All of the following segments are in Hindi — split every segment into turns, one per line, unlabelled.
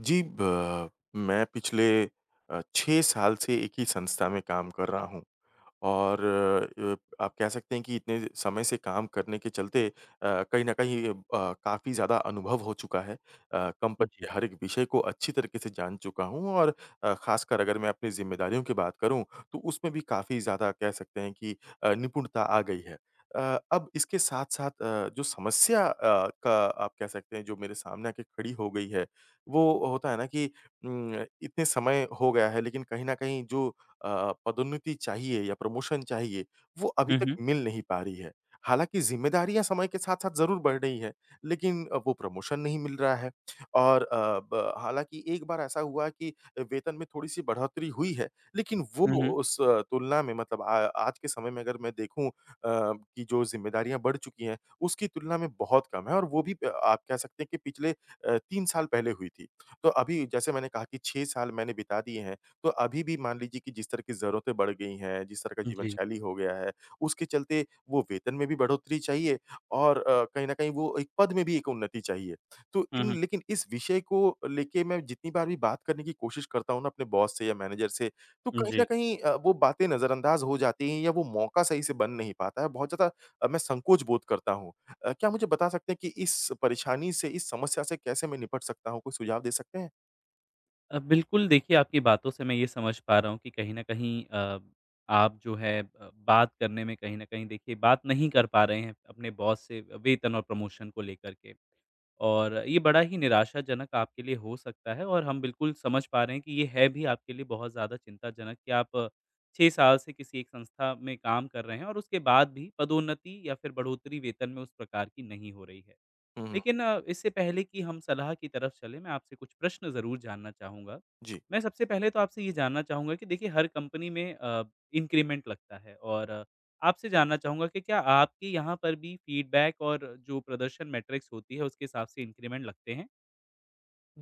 जी, ब मैं पिछले 6 साल से एक ही संस्था में काम कर रहा हूँ। और अ, आप कह सकते हैं कि इतने समय से काम करने के चलते कहीं न कहीं काफ़ी ज़्यादा अनुभव हो चुका है। कंपनी
जी।
के हर एक विषय को अच्छी तरीके से जान चुका हूँ और ख़ासकर अगर मैं अपनी ज़िम्मेदारियों की बात करूँ, तो उसमें भी काफ़ी ज़्यादा कह सकते हैं कि निपुणता आ गई है। अब इसके साथ-साथ जो समस्या का आप कह सकते हैं जो मेरे सामने आके खड़ी हो गई है, वो होता है ना कि उम, इतने समय हो गया है लेकिन कहीं न कहीं जो पदोन्नति चाहिए या प्रमोशन चाहिए, वो अभी
हुँ,
तक
हुँ।
मिल नहीं पा रही है। हालाँकि ज़िम्मेदारियाँ समय के साथ-साथ ज़रूर बढ़ रही है, लेकिन वो प्रमोशन नहीं मिल रहा है और अ, ब हालाँकि एक बार ऐसा हुआ कि वेतन में थोड़ी-सी बढ़ोतरी हुई है, लेकिन वो
हुँ, हुँ।
उस तुलना में मतलब आ आज के समय में अगर मैं देखूँ कि जो ज़िम्मेदारियाँ बढ़ चुकी हैं, उसकी तुलना में बहुत कम है और वो भी प आप कह सकते हैं कि पिछले 3 साल पहले हुई थी। तो अभी जैसे मैंने कहा कि 6 साल मैंने बिता दिए हैं तो अभी भी मान लीजिए कि जिस तरह की ज़रूरतें बढ़ गई हैं, जिस तरह का जीवन
जी।
शैली हो गया है, उसके चलते वो वेतन में भी बढ़ोतरी चाहिए और कहीं न कहीं वो एक पद में भी एक उन्नति चाहिए। तो
हुँ,
इन
हुँ।
लेकिन इस विषय को लेके मैं जितनी बार भी बात करने की कोशिश करता हूँ ना अपने बॉस से या मैनेजर से, तो कहीं न
जी।
कहीं वो बातें नज़रअंदाज हो जाती हैं या वो मौका सही से बन नहीं पाता है। बहुत ज़्यादा मैं संकोच बोध करता हूँ। क्या मुझे बता सकते हैं कि इस परेशानी से, इस समस्या से कैसे मैं निपट सकता हूँ? कोई सुझाव दे सकते हैं?
बिल्कुल देखिए आपकी बातों से मैं ये समझ पा रहा हूँ कि कहीं न कहीं आप जो है बात करने में कहीं न कहीं देखिए बात नहीं कर पा रहे हैं अपने बॉस से वेतन और प्रमोशन को लेकर के। और ये बड़ा ही निराशाजनक आपके लिए हो सकता है और हम बिल्कुल समझ पा रहे हैं कि ये है भी आपके लिए बहुत ज़्यादा चिंताजनक कि आप 6 साल से किसी एक संस्था में काम कर रहे हैं और उसके बाद भी पदोन्नति या फिर बढ़ोतरी वेतन में उस प्रकार की नहीं हो रही है।
हुँ, हुँ।
लेकिन इससे पहले कि हम सलाह की तरफ चलें, मैं आपसे कुछ प्रश्न ज़रूर जानना चाहूँगा।
जी।
मैं सबसे पहले तो आपसे ये जानना चाहूँगा कि देखिए हर कंपनी में इंक्रीमेंट लगता है और आपसे जानना चाहूँगा कि क्या आपके यहाँ पर भी फीडबैक और जो प्रदर्शन मैट्रिक्स होती है, उसके हिसाब से इंक्रीमेंट लगते हैं?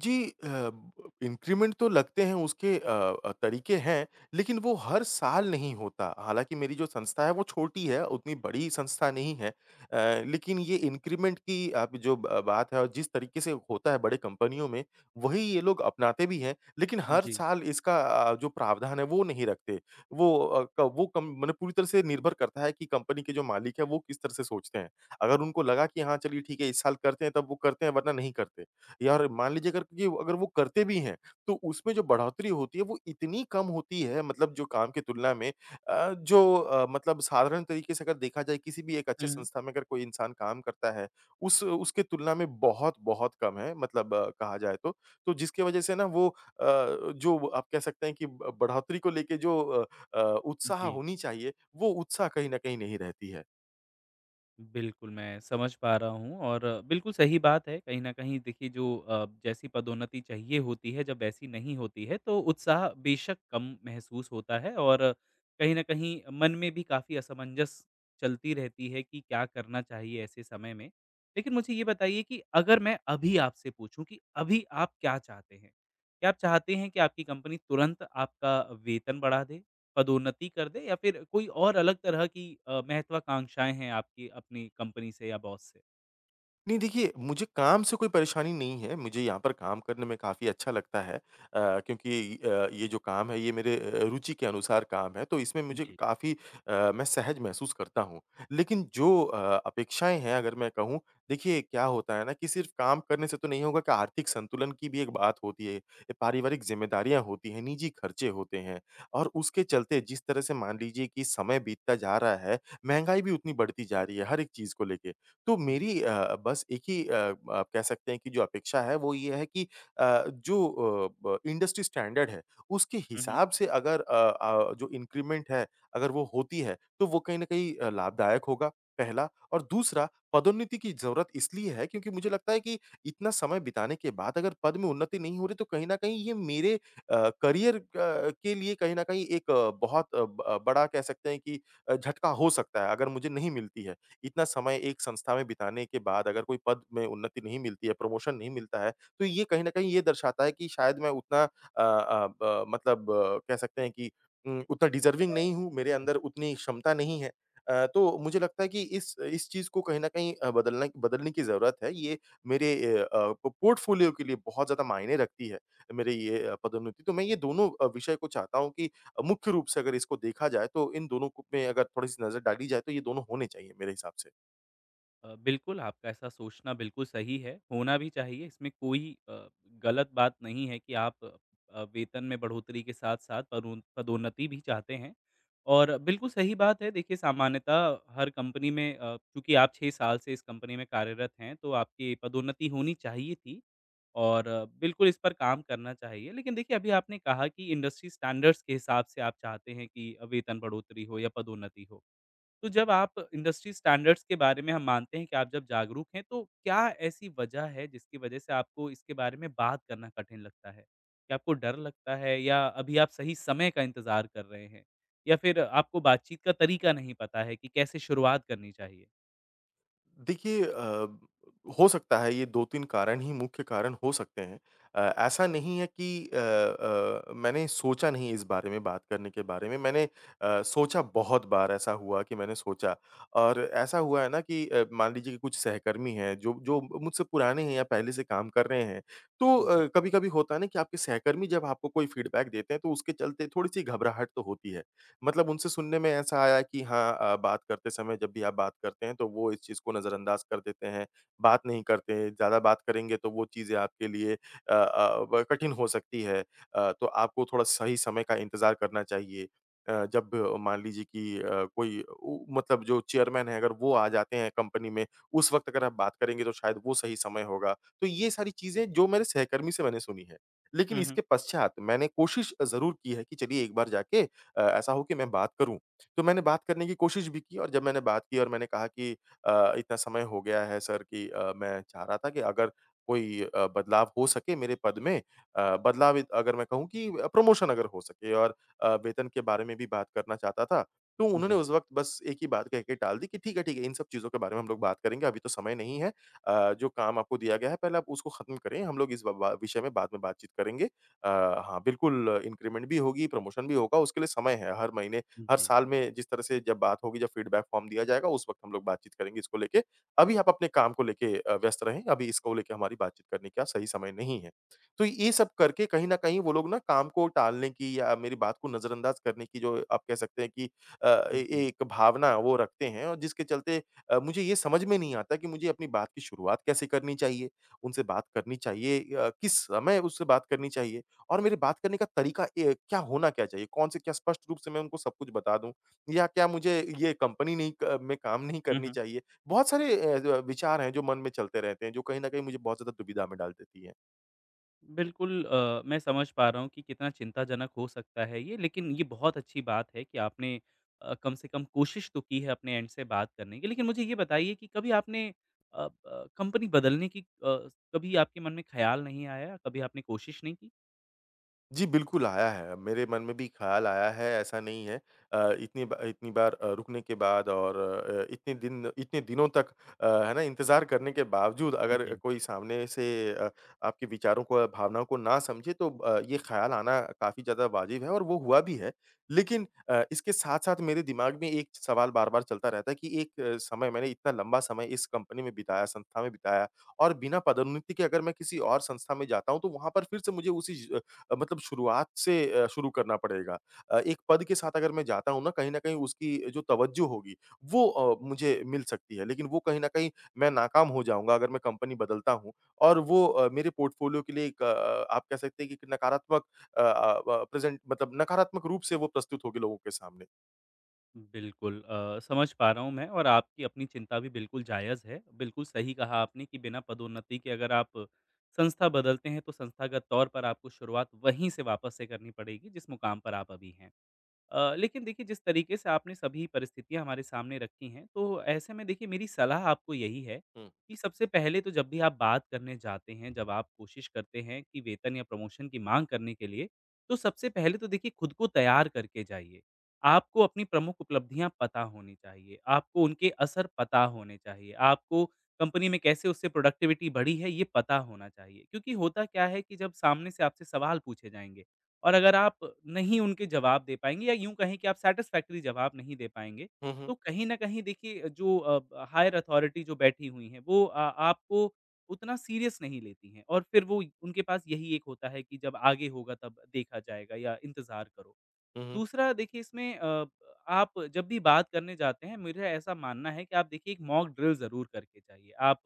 जी अ, ब इंक्रीमेंट तो लगते हैं उसके तरीके हैं, लेकिन वो हर साल नहीं होता। हालाँकि मेरी जो संस्था है वो छोटी है, उतनी बड़ी संस्था नहीं है। लेकिन ये इंक्रीमेंट की आप जो ब बात है और जिस तरीके से होता है बड़े कंपनियों में, वही ये लोग अपनाते भी हैं, लेकिन हर
जी।
साल इसका जो प्रावधान है वो नहीं रखते। वो अ, क वो कम मने पूरी तरह से निर्भर करता है कि कंपनी के जो मालिक हैं वो किस तरह से सोचते हैं। अगर उनको लगा कि हाँ, चलिए ठीक है इस साल करते हैं तब वो करते हैं वरना नहीं करते। यार मान लीजिए अगर वो करते भी हैं, तो उसमें जो बढ़ोतरी होती है वो इतनी कम होती है मतलब जो काम की तुलना में मतलब साधारण तरीके से अगर देखा जाए किसी भी एक अच्छे
हुँ, हुँ।
संस्था में अगर कोई इंसान काम करता है, उस उसके तुलना में बहुत-बहुत कम है मतलब कहा जाए तो। तो जिसकी वजह से ना वो जो आप कह सकते हैं कि ब बढ़ोतरी को लेके जो अ, उत्साह
जी।
होनी चाहिए, वो उत्साह कहीं न कहीं नहीं रहती है।
बिल्कुल, मैं समझ पा रहा हूँ और बिल्कुल सही बात है। कहीं न कहीं देखिए जो जैसी पदोन्नति चाहिए होती है जब वैसी नहीं होती है तो उत्साह बेशक कम महसूस होता है और कहीं न कहीं मन में भी काफ़ी असमंजस चलती रहती है कि क्या करना चाहिए ऐसे समय में। लेकिन मुझे ये बताइए कि अगर मैं अभी आपसे पूछूँ कि अभी आप क्या चाहते हैं? क्या आप चाहते हैं कि आपकी कंपनी तुरंत आपका वेतन बढ़ा दे? पदोन्नति कर दे या फिर कोई और अलग तरह की महत्वाकांक्षाएँ हैं आपकी अपनी कंपनी से या बॉस से?
नहीं देखिए, मुझे काम से कोई परेशानी नहीं है, मुझे यहाँ पर काम करने में काफ़ी अच्छा लगता है क्योंकि ये जो काम है ये मेरे रुचि के अनुसार काम है, तो इसमें मुझे काफ़ी मैं सहज महसूस करता हूँ। लेकिन जो अपेक्षाएँ हैं अगर मैं कहूँ, देखिए क्या होता है ना कि सिर्फ़ काम करने से तो नहीं होगा कि आर्थिक संतुलन की भी एक बात होती है, ये पारिवारिक ज़िम्मेदारियाँ होती हैं, निजी खर्चे होते हैं और उसके चलते जिस तरह से मान लीजिए कि समय बीतता जा रहा है, महँगाई भी उतनी बढ़ती जा रही है हर एक चीज़ को लेके। तो
जी।
मेरी बस एक ही आप कह सकते हैं कि जो अपेक्षा है वो ये है कि अ, जो अ, ब इंडस्ट्री स्टैंडर्ड है, उसके
हुँ, हुँ।
हिसाब से अगर जो इंक्रीमेंट है, अगर वो होती है, तो वो कहीं न कहीं लाभदायक होगा, पहला। और दूसरा पदोन्नति की ज़रूरत इसलिए है क्योंकि मुझे लगता है कि इतना समय बिताने के बाद अगर पद में उन्नति नहीं हो रही तो कहीं न कहीं ये मेरे करियर क के लिए कहीं न कहीं एक अ, बहुत अ, ब अ, बड़ा कह सकते हैं कि झटका हो सकता है, अगर मुझे नहीं मिलती है। इतना समय एक संस्था में बिताने के बाद अगर कोई पद में उन्नति नहीं मिलती है, प्रमोशन नहीं मिलता है, तो ये कहीं न कहीं ये दर्शाता है कि शायद मैं उतना अ अ, ब मतलब कह सकते हैं कि उतना डिज़र्विंग नहीं हूँ, मेरे अंदर उतनी क्षमता नहीं है। तो मुझे लगता है कि इस चीज़ को कहीं न कहीं अ, बदलना बदलने की ज़रूरत है। ये मेरे अ अ, प पोर्टफ़ोलियो के लिए बहुत ज़्यादा मायने रखती है, मेरे ये पदोन्नति। तो मैं ये दोनों विषय को चाहता हूँ कि मुख्य रूप से अगर इसको देखा जाए तो इन दोनों को में अगर थोड़ी-सी नज़र डाली जाए तो ये दोनों होने चाहिए मेरे हिसाब से।
बिल्कुल, आपका ऐसा सोचना बिल्कुल सही है, होना भी चाहिए। इसमें कोई गलत बात नहीं है कि आप वेतन में बढ़ोतरी के साथ-साथ पदोन्नति भी चाहते हैं और बिल्कुल सही बात है। देखिए सामान्यतः हर कंपनी में चूँकि आप 6 साल से इस कंपनी में कार्यरत हैं, तो आपकी पदोन्नति होनी चाहिए थी। और बिल्कुल इस पर काम करना चाहिए। लेकिन देखिए, अभी आपने कहा कि इंडस्ट्री स्टैंडर्ड्स के हिसाब से आप चाहते हैं कि वेतन बढ़ोतरी हो या पदोन्नति हो। तो जब आप इंडस्ट्री स्टैंडर्ड्स के बारे में, हम मानते हैं कि आप जब जागरूक हैं, तो क्या ऐसी वजह है जिसकी वजह से आपको इसके बारे में बात करना कठिन लगता है? क्या आपको डर लगता है या अभी आप सही समय का इंतज़ार कर रहे हैं? या फिर आपको बातचीत का तरीका नहीं पता है कि कैसे शुरुआत करनी चाहिए?
देखिए हो सकता है ये 2-3 कारण ही मुख्य कारण हो सकते हैं। ऐसा नहीं है कि मैंने सोचा नहीं इस बारे में बात करने के बारे में, मैंने सोचा बहुत बार ऐसा हुआ कि मैंने सोचा और ऐसा हुआ है ना कि मान लीजिए कि कुछ सहकर्मी हैं जो जो मुझसे पुराने हैं या पहले से काम कर रहे हैं, तो
जी।
कभी-कभी होता है ना कि आपके सहकर्मी जब आपको कोई फीडबैक देते हैं, तो उसके चलते थोड़ी-सी घबराहट तो होती है। मतलब उनसे सुनने में ऐसा आया कि हाँ बात करते समय जब भी आप बात करते हैं तो वो इस चीज़ को नज़रअंदाज कर देते हैं, बात नहीं करते हैं, ज़्यादा बात करेंगे तो वो चीज़ें आपके लिए अ अ, ब कठिन हो सकती है। तो आपको थोड़ा सही समय का इंतज़ार करना चाहिए। मान लीजिए कि अ, कोई उ मतलब जो चेयरमैन है अगर वो आ जाते हैं कंपनी में, उस वक़्त अगर आप बात करेंगे तो शायद वो सही समय होगा। तो ये सारी चीज़ें जो मेरे सहकर्मी से मैंने सुनी है। लेकिन
हुँ, हुँ।
इसके पश्चात मैंने कोशिश ज़रूर की है कि चलिए एक बार जाके ऐसा हो कि मैं बात करूँ। तो मैंने बात करने की कोशिश भी की और जब मैंने बात की और मैंने कहा कि इतना समय हो गया है सर कि मैं चाह रहा था कि अगर कोई बदलाव हो सके मेरे पद में अ, बदलाव इत अगर मैं कहूँ कि प्रमोशन अगर हो सके और वेतन के बारे में भी बात करना चाहता था। तो उन्होंने
जी,
उस वक़्त बस एक ही बात कह के टाल दी कि ठीक है, इन सब चीज़ों के बारे में हम लोग बात करेंगे, अभी तो समय नहीं है। जो काम आपको दिया गया है पहले आप उसको खत्म करें, हम लोग इस ब बा विषय में बाद में बातचीत करेंगे। अ, हाँ, बिल्कुल इंक्रीमेंट भी होगी, प्रमोशन भी होगा, उसके लिए समय है। हर महीने,
जी,
हर
जी।
साल में जिस तरह से जब बात होगी, जब फीडबैक फॉर्म दिया जाएगा, उस वक़्त हम लोग बातचीत करेंगे इसको लेके। अभी आप अपने काम को लेके व्यस्त रहें, अभी इसको लेके हमारी बातचीत करने का सही समय नहीं है। तो ये सब करके कहीं न कहीं वो लोग ना काम को टालने की या मेरी बात को नज़रअंदाज करने की जो आप कह सकते हैं कि अ, ए
हुँ,
एक भावना वो रखते हैं और जिसके चलते मुझे ये समझ में नहीं आता कि मुझे अपनी बात की शुरुआत कैसे करनी चाहिए? उनसे बात करनी चाहिए किस समय उससे बात करनी चाहिए? और मेरे बात करने का तरीका ए क्या होना क्या चाहिए? कौन से क्या स्पष्ट रूप से मैं उनको सब कुछ बता दूँ? या क्या मुझे ये कंपनी नहीं क में काम नहीं करनी
हुँ।
चाहिए? बहुत सारे अ, ज विचार हैं जो मन में चलते रहते हैं, जो कहीं न कहीं मुझे बहुत ज़्यादा दुविधा में डाल देती हैं।
बिल्कुल, मैं समझ पा रहा हूँ कि कितना चिंताजनक हो सकता है ये, लेकिन ये बहुत अच्छी बात है कि आपने कम से कम कोशिश तो की है अपने एंड से बात करने की। लेकिन मुझे ये बताइए कि कभी आपने अ, ब कंपनी बदलने की, कभी आपके मन में ख़्याल नहीं आया? कभी आपने कोशिश नहीं की?
जी, बिल्कुल आया है। मेरे मन में भी ख़्याल आया है, ऐसा नहीं है। इतनी बार रुकने के बाद और इतने दिनों तक है ना, इंतज़ार करने के बावजूद अगर
जी।
कोई सामने से अ, आपके विचारों को या भावनाओं को ना समझे, तो ये ख़्याल आना काफ़ी ज़्यादा वाजिब है और वो हुआ भी है। लेकिन इसके साथ-साथ मेरे दिमाग में एक सवाल बार-बार चलता रहता है कि एक अ, समय मैंने इतना लंबा समय इस कंपनी में बिताया, संस्था में बिताया और बिना पदोन्नति के अगर मैं किसी और संस्था में जाता हूँ, तो वहाँ पर फिर से मुझे मतलब शुरुआत से शुरू करना पड़ेगा। एक पद के साथ अगर मैं जाता हूँ ना, कहीं न कहीं उसकी जो तवज्जो होगी, वो मुझे मिल सकती है। लेकिन वो कहीं न कहीं मैं नाकाम हो जाऊँगा अगर मैं कंपनी बदलता हूँ और वो मेरे पोर्टफ़ोलियो के लिए एक आप कह सकते हैं कि एक नकारात्मक अ अ, ब प्रेज़ेंट मतलब नकारात्मक रूप से वो प्रस्तुत होगी लोगों के सामने।
बिल्कुल, समझ पा रहा हूँ मैं और आपकी अपनी चिंता भी बिल्कुल जायज़ है। बिल्कुल सही कहा आपने कि बिना पदोन्नति के अगर आप संस्था बदलते हैं, तो संस्थागत तौर पर आपको शुरुआत वहीं से वापस से करनी पड़ेगी, जिस मुकाम पर आप अभी हैं। लेकिन देखिए, जिस तरीके से आपने सभी परिस्थितियाँ हमारे सामने रखी हैं, तो ऐसे में देखिए मेरी सलाह आपको यही है
हुँ।
कि सबसे पहले, तो जब भी आप बात करने जाते हैं, जब आप कोशिश करते हैं कि वेतन या प्रमोशन की माँग करने के लिए, तो सबसे पहले तो देखिए खुद को तैयार करके जाइए। आपको अपनी प्रमुख उपलब्धियाँ पता होनी चाहिए, आपको उनके असर पता होने चाहिए, आपको कंपनी में कैसे उससे प्रोडक्टिविटी बढ़ी है, ये पता होना चाहिए। क्योंकि होता क्या है कि जब सामने से आपसे सवाल पूछे जाएँगे, और अगर आप नहीं उनके जवाब दे पाएँगे, या यूँ कहें कि आप सैटिस्फैक्टरी जवाब नहीं दे पाएँगे,
हुँ, हुँ।
तो कहीं न कहीं देखिए जो हायर अथॉरिटी जो बैठी हुई हैं, वो आपको उतना सीरियस नहीं लेती हैं और फिर वो उनके पास यही एक होता है कि जब आगे होगा तब देखा जाएगा, या इंतज़ार करो।
हुँ, हुँ।
दूसरा, देखिए इसमें आप जब भी बात करने जाते हैं, मुझे ऐसा मानना है कि आप देखिए एक मॉक ड्रिल ज़रूर करके जाइए। आप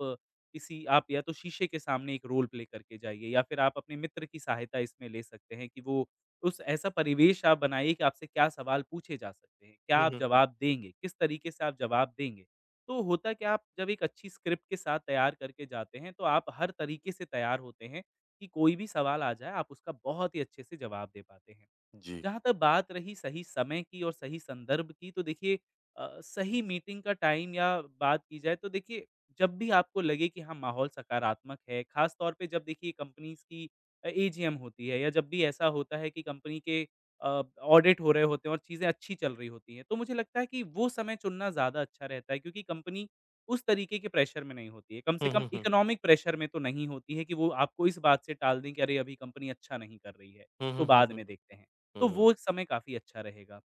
किसी आप या तो शीशे के सामने एक रोल प्ले करके जाइए, या फिर आप अपने मित्र की सहायता इसमें ले सकते हैं कि वो उस ऐसा परिवेश आप बनाइए कि आपसे क्या सवाल पूछे जा सकते हैं, क्या
हुँ,
आप
हुँ, हुँ।
जवाब देंगे, किस तरीके से आप जवाब देंगे। तो होता क्या, आप जब एक अच्छी स्क्रिप्ट के साथ तैयार करके जाते हैं, तो आप हर तरीके से तैयार होते हैं कि कोई भी सवाल आ जाए, आप उसका बहुत ही अच्छे से जवाब दे पाते हैं।
जी।
जहाँ तक बात रही सही समय की और सही संदर्भ की, तो देखिए सही मीटिंग का टाइम या बात की जाए तो देखिए, जब भी आपको लगे कि हाँ माहौल सकारात्मक है, खास तौर पे जब देखिए कंपनीज की एजीएम होती है, या जब भी ऐसा होता है कि कंपनी के ऑडिट हो रहे होते हैं और चीज़ें अच्छी चल रही होती हैं, तो मुझे लगता है कि वो समय चुनना ज़्यादा अच्छा रहता है, क्योंकि कंपनी उस तरीके के प्रेशर में नहीं होती है, कम से
हुँ,
कम
हुँ, हुँ।
इकोनॉमिक प्रेशर में तो नहीं होती है कि वो आपको इस बात से टाल दें कि अरे अभी कंपनी अच्छा नहीं कर रही है,
हुँ,
तो
हुँ, हुँ,
बाद
हुँ,
में देखते हैं। तो
हुँ।
वो एक समय काफ़ी अच्छा रहेगा।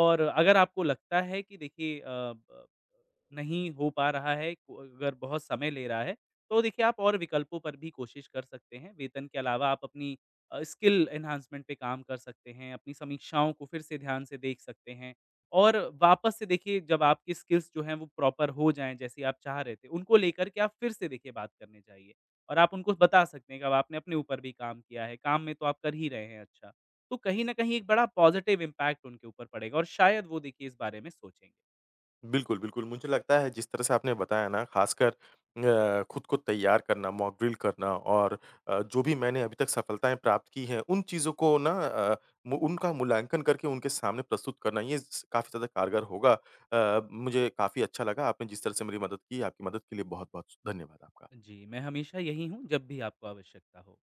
और अगर आपको लगता है कि देखिए अ, ब नहीं हो पा रहा है, को अगर बहुत समय ले रहा है, तो देखिए आप और विकल्पों पर भी कोशिश कर सकते हैं। वेतन के अलावा आप अपनी स्किल एनहांसमेंट पे काम कर सकते हैं, अपनी समीक्षाओं को फिर से ध्यान से देख सकते हैं। और वापस से देखिए, जब आपकी स्किल्स जो हैं वो प्रॉपर हो जाएँ, जैसी आप चाह रहे थे, उनको लेकर के आप फिर से देखिए बात करने जाइए। और आप उनको बता सकते हैं कि अब आपने अपने ऊपर भी काम किया है, काम में तो आप कर ही रहे हैं अच्छा। तो कहीं न कहीं एक बड़ा पॉज़िटिव इम्पैक्ट उनके ऊपर पड़ेगा और शायद वो देखिए इस बारे में सोचेंगे।
बिल्कुल, बिल्कुल। मुझे लगता है जिस तरह से आपने बताया ना ख़ासकर खुद को तैयार करना, मॉक ड्रिल करना और जो भी मैंने अभी तक सफलताएँ प्राप्त की हैं, उन चीज़ों को ना अ, मु उनका मूल्यांकन करके उनके सामने प्रस्तुत करना ये स काफ़ी ज़्यादा कारगर होगा। मुझे काफ़ी अच्छा लगा आपने जिस तरह से मेरी मदद की, आपकी मदद के लिए बहुत-बहुत धन्यवाद आपका।
जी, मैं हमेशा यही हूँ जब भी आपको आवश्यकता हो।